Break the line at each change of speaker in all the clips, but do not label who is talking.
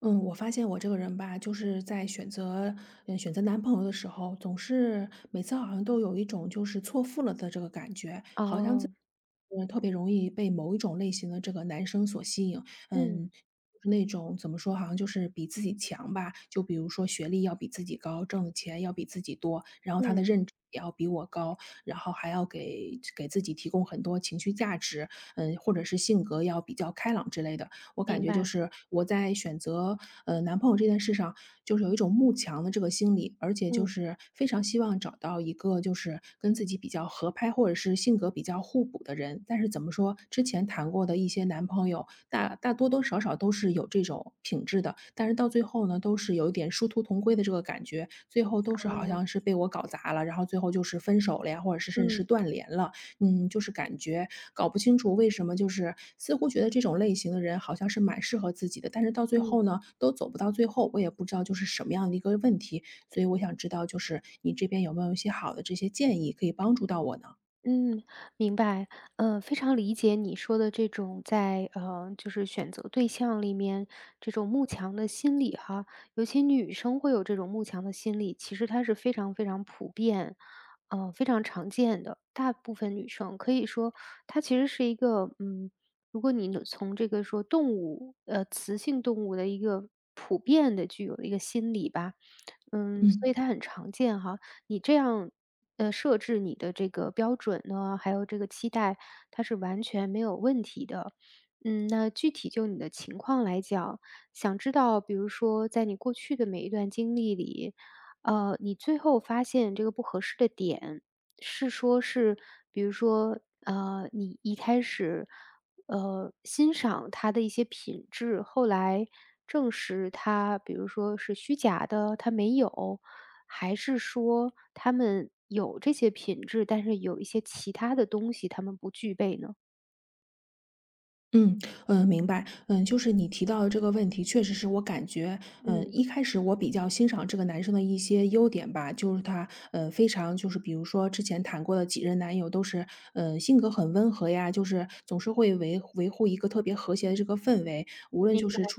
嗯，我发现我这个人吧，就是在选择，选择男朋友的时候，总是每次好像都有一种就是错付了的这个感觉，好像自
哦，
特别容易被某一种类型的这个男生所吸引。
嗯
就是那种怎么说，好像就是比自己强吧，就比如说学历要比自己高，挣的钱要比自己多，然后他的
嗯，
认知也要比我高，然后还要给自己提供很多情绪价值，或者是性格要比较开朗之类的。我感
明
觉就
白，
是我在选择男朋友这件事上，就是有一种慕强的这个心理，而且就
嗯，
是非常希望找到一个就是跟自己比较合拍或者是性格比较互补的人。但是怎么说，之前谈过的一些男朋友，大少少都是有这种品质的，但是到最后呢，都是有一点殊途同归的这个感觉，最后都是好
哦，
像是被我搞砸了，然后最后就是分手了呀，或者是甚至是
嗯
断联了。就是感觉搞不清楚为什么，就是似乎觉得这种类型的人好像是蛮适合自己的，但是到最
嗯。
后呢，都走不到最后，我也不知道就是什么样的一个问题，所以我想知道，就是你这边有没有一些好的这些建议可以帮助到我呢？
嗯，明白，非常理解你说的这种在就是选择对象里面这种慕强的心理哈。尤其女生会有这种慕强的心理，其实它是非常非常普遍，非常常见的。大部分女生可以说，它其实是一个，如果你能从这个说动物，雌性动物的一个普遍的具有的一个心理吧。所
嗯。
以它很常见哈。你这样，设置你的这个标准呢，还有这个期待，它是完全没有问题的。那具体就你的情况来讲，想知道，比如说在你过去的每一段经历里，你最后发现这个不合适的点，是说是，比如说，你一开始，欣赏他的一些品质，后来证实他，比如说是虚假的，他没有，还是说他们有这些品质，但是有一些其他的东西他们不具备呢？
嗯。明白。嗯，就是你提到的这个问题，确实是我感觉，
嗯，
一开始我比较欣赏这个男生的一些优点吧，就是他，非常就是比如说之前谈过的几任男友都是，性格很温和呀，就是总是会维护一个特别和谐的这个氛围。
明白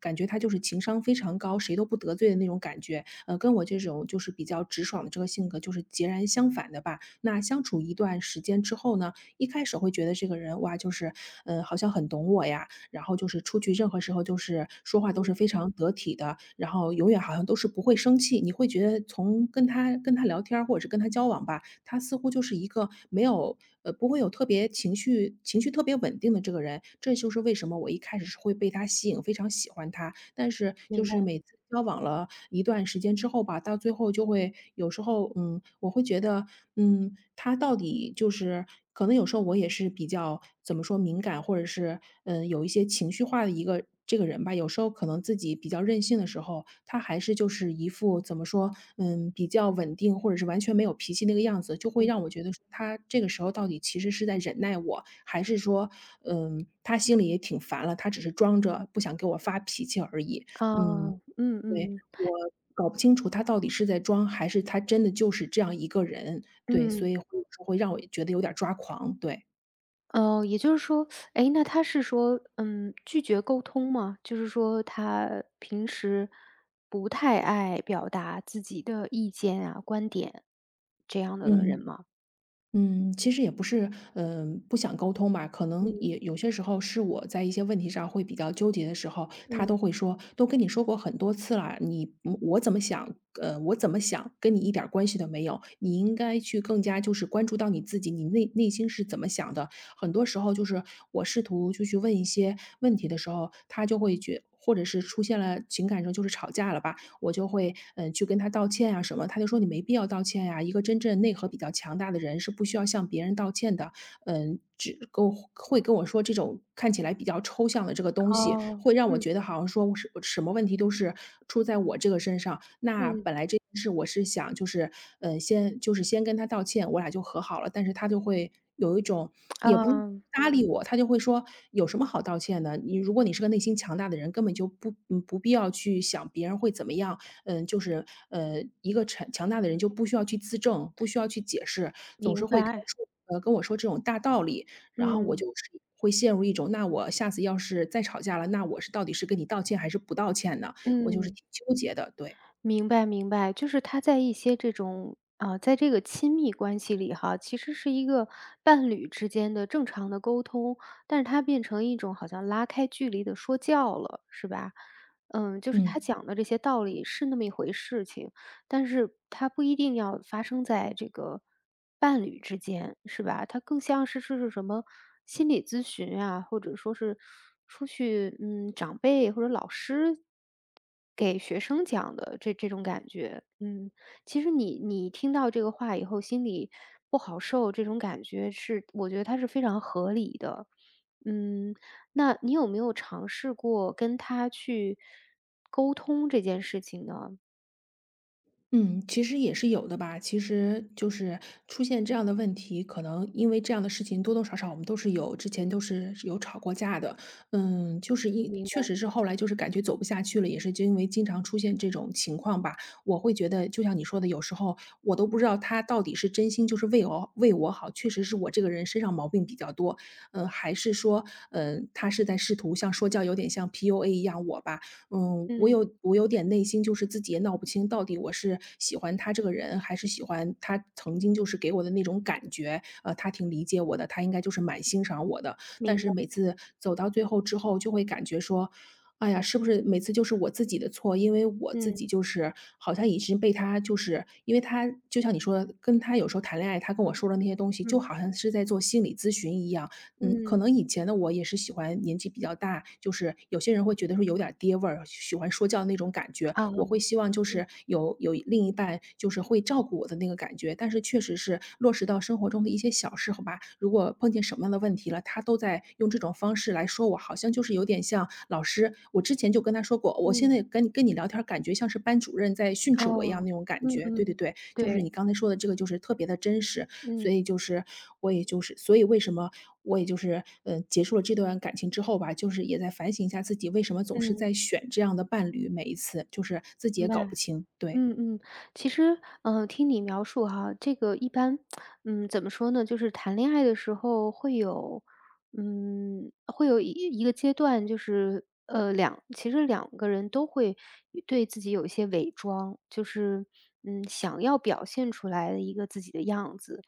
感觉他就是情商非常高，谁都不得罪的那种感觉。跟我这种就是比较直爽的这个性格就是截然相反的吧。那相处一段时间之后呢，一开始会觉得这个人哇，好像很懂我呀，然后就是出去任何时候就是说话都是非常得体的，然后永远好像都是不会生气。你会觉得从跟他聊天儿或者是跟他交往吧，他似乎就是一个没有不会有特别情绪特别稳定的这个人。这就是为什么我一开始是会被他吸引，非常喜欢他，但是就
明白，
是每次交往了一段时间之后吧，到最后就会有时候，我会觉得，他到底就是可能有时候我也是比较怎么说敏感，或者是有一些情绪化的一个这个人吧，有时候可能自己比较任性的时候，他还是就是一副怎么说，比较稳定或者是完全没有脾气那个样子，就会
嗯。
让我觉得说他这个时候到底其实是在忍耐我，还是说，他心里也挺烦了，他只是装着不想给我发脾气而已。嗯，
哦，嗯
对，
嗯
我搞不清楚他到底是在装，还是他真的就是这样一个人。对，所
嗯，
以会有时候会让我觉得有点儿抓狂。对。
哦，也就是说，哎，那他是说，拒绝沟通吗？就是说他平时不太爱表达自己的意见啊、观点这样的人
嗯。
吗？
其实也不是，不想沟通吧，可能
嗯
也有些时候是我在一些问题上会比较纠结的时候，他都
嗯。
会说，都跟你说过很多次了，你我怎么想，我怎么想跟你一点儿关系都没有，你应该去更加就是关注到你自己，你内心是怎么想的。很多时候就是我试图就去问一些问题的时候，他就会觉。或者是出现了情感上就是吵架了吧，我就会，去跟他道歉啊什么。他就说："你没必要道歉呀，一个真正内核比较强大的人是不需要向别人道歉的。"只跟我会跟我说这种看起来比较抽象的这个东西，
哦，
会让我
嗯
觉得好像说我是什么问题都是出在我这个身上。那
嗯，
本来这件事我是想就是，先就是先跟他道歉，我俩就和好了，但是他就会有一种也不是
嗯，
搭理我，他就会说有什么好道歉的？你如果你是个内心强大的人，根本就不不必要去想别人会怎么样，一个强大的人就不需要去自证，不需要去解释，总是
明
会跟
白，
说跟我说这种大道理，然后我
嗯
就是会陷入一种，那我下次要是再吵架了，那我是到底是跟你道歉还是不道歉呢？我就是
嗯。
挺纠结的，对。
明白明白，就是他在一些这种啊，在这个亲密关系里哈，其实是一个伴侣之间的正常的沟通，但是他变成一种好像拉开距离的说教了，是吧？就是他
嗯。
讲的这些道理是那么一回事情，但是它不一定要发生在这个伴侣之间，是吧？它更像是什么心理咨询啊，或者说是出去，长辈或者老师给学生讲的这种感觉。嗯，其实你听到这个话以后，心里不好受，这种感觉是我觉得它是非常合理的。嗯，那你有没有尝试过跟他去沟通这件事情呢？
嗯，其实也是有的吧。其实就是出现这样的问题，可能因为这样的事情多多少少我们都是有，之前都是有吵过架的。就是一
明白，
确实是后来就是感觉走不下去了，也是就因为经常出现这种情况吧。我会觉得，就像你说的，有时候我都不知道他到底是真心就是为我好，确实是我这个人身上毛病比较多，还是说，他是在试图像说教，有点像 PUA 一样我吧。我
嗯。
有我有点内心就是自己也闹不清，到底我是喜欢他这个人，还是喜欢他曾经就是给我的那种感觉。他挺理解我的，他应该就是蛮欣赏我的。但
明
是
白，
每次走到最后之后，就会感觉说，哎呀，是不是每次就是我自己的错？因为我自
嗯，
己就是好像已经被他，就是因为他就像你说的，跟他有时候谈恋爱，他跟我说的那些东西，就
嗯，
好像是在做心理咨询一样。可
嗯，
能以前的我也是喜欢年纪比较大，就是有些人会觉得说有点儿爹味儿，喜欢说教那种感觉。
哦，
我会希望就是
嗯，
有另一半就是会照顾我的那个感觉，但是确实是落实到生活中的一些小事好吧，如果碰见什么样的问题了，他都在用这种方式来说我，好像就是有点像老师。我之前就跟他说过，我现
嗯，
在跟你聊天儿感觉像是班主任在训斥我一样
哦，
那种感
嗯
觉。对对
嗯，
对，就是
对，
你刚才说的这个，就是特别的真实。所
嗯
以
啊
就是我也就是，所以为什么我也就是，结束了这段感情之后吧，就是也在反省一下自己为什么总是在选这样的伴侣，每一次，就是自己也搞不清，对。
嗯嗯。其实，听你描述哈，这个一般，怎么说呢，就是谈恋爱的时候会有，会有一个阶段，就是，其实两个人都会对自己有一些伪装，就是，想要表现出来的一个自己的样子，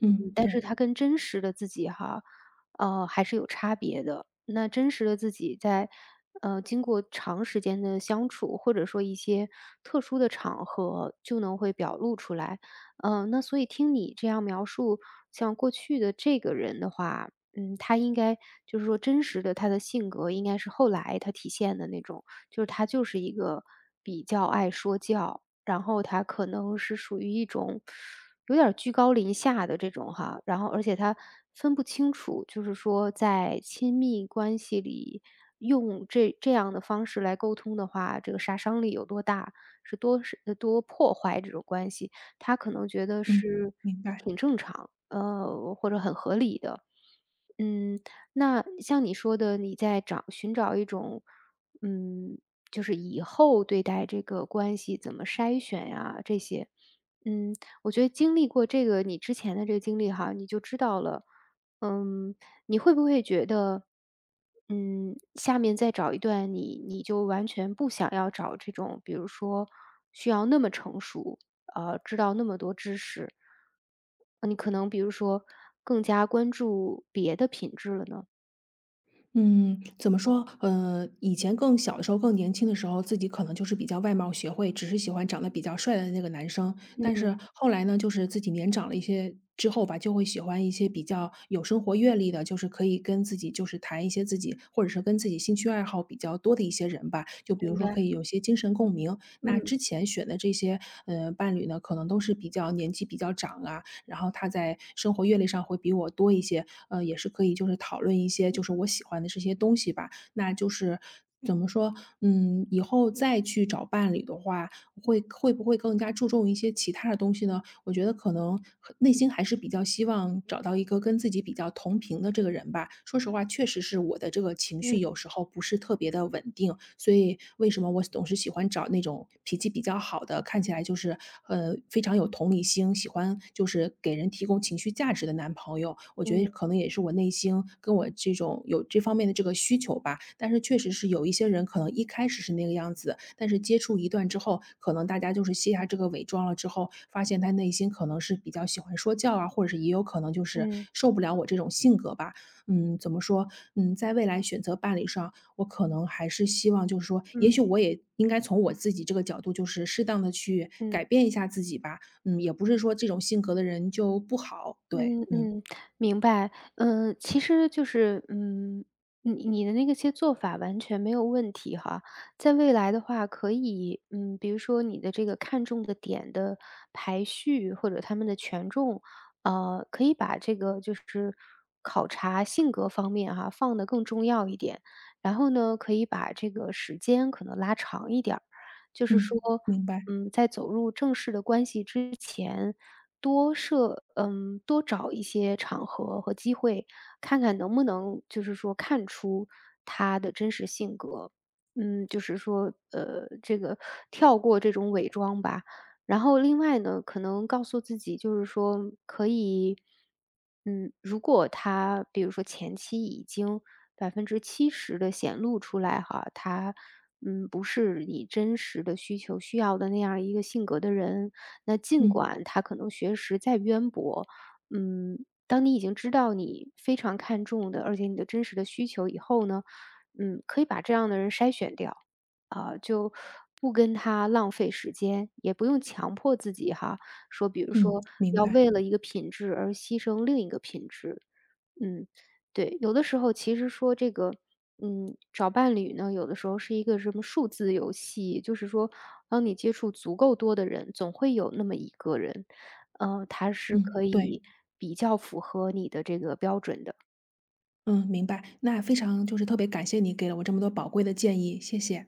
嗯，
但是
对，
他跟真实的自己哈还是有差别的。那真实的自己在，经过长时间的相处，或者说一些特殊的场合，就能会表露出来。那所以听你这样描述，像过去的这个人的话，他应该就是说真实的他的性格应该是后来他体现的那种，就是他就是一个比较爱说教，然后他可能是属于一种有点儿居高临下的这种哈，然后而且他分不清楚，就是说在亲密关系里用这样的方式来沟通的话，这个杀伤力有多大，多破坏这种关系。他可能觉得
嗯。
是
明白。
挺正常，或者很合理的。嗯，那像你说的，你在寻找一种嗯就是以后对待这个关系怎么筛选呀，这些。嗯，我觉得经历过这个你之前的这个经历哈，你就知道了。嗯，你会不会觉得，下面再找一段你就完全不想要找这种，比如说需要那么成熟，知道那么多知识，你可能比如说更加关注别的品质了呢？
嗯，怎么说？以前更小的时候，更年轻的时候，自己可能就是比较外貌协会，只是喜欢长得比较帅的那个男生。
嗯
但
嗯
是后来呢，就是自己年长了一些之后吧，就会喜欢一些比较有生活阅历的，就是可以跟自己就是谈一些自己，或者是跟自己兴趣爱好比较多的一些人吧。就比如
明
说
白，
可以有些精神共鸣。那
嗯
之前选的这些伴侣呢，可能都是比较年纪比较长啊，然后他在生活阅历上会比我多一些，也是可以就是讨论一些就是我喜欢的这些东西吧。那就是怎么说，以后再去找伴侣的话，会不会更加注重一些其他的东西呢？我觉得可能内心还是比较希望找到一个跟自己比较同频的这个人吧。说实话，确实是我的这个情绪
嗯
有时候不是特别的稳定，所以为什么我总是喜欢找那种脾气比较好的，看起来就是非常有同理心，喜欢就是给人提供情绪价。价值的男朋友，我觉得
嗯
可能也是我内心跟我这种有这方面的这个需求吧。但是确实是有一些人可能一开始是那个样子，但是接触一段之后，可能大家就是卸下这个伪装了之后，发现他内心可能是比较喜欢说教啊，或者是也有可能就是
嗯
受不了我这种性格吧。怎么说？在未来选择伴侣上，我可能还是希望就是说，也
嗯
许我也应该从我自己这个角度，就是适当的去改
嗯。
变一下自己吧。也不是说这种性格的人就不好，对，
嗯
嗯。
嗯，明白。嗯，其实就是，你的那个些做法完全没有问题哈。在未来的话，可以，比如说你的这个看重的点的排序或者他们的权重，可以把这个就是考察性格方面哈，放得更重要一点。然后呢，可以把这个时间可能拉长一点儿，就是说，
嗯。明白。
在走入正式的关系之前。多设嗯，多找一些场合和机会，看看能不能就是说看出他的真实性格。就是说，这个跳过这种伪装吧。然后另外呢，可能告诉自己，就是说可以，如果他比如说前期已经70%的显露出来哈，他不是你真实的需求需要的那样一个性格的人，那尽
嗯。
管他可能学识再渊博，当你已经知道你非常看重的，而且你的真实的需求以后呢，可以把这样的人筛选掉，啊，就不跟他浪费时间，也不用强迫自己哈，说比如
嗯，
说
明
要
白。
为了一个品质而牺牲另一个品质，嗯，对，有的时候其实说这个，找伴侣呢，有的时候是一个什么数字游戏，就是说，当你接触足够多的人，总会有那么一个人，他是可
嗯。对，
以比较符合你的这个标准的。
嗯，明白，那非常就是特别感谢你给了我这么多宝贵的建议，谢谢。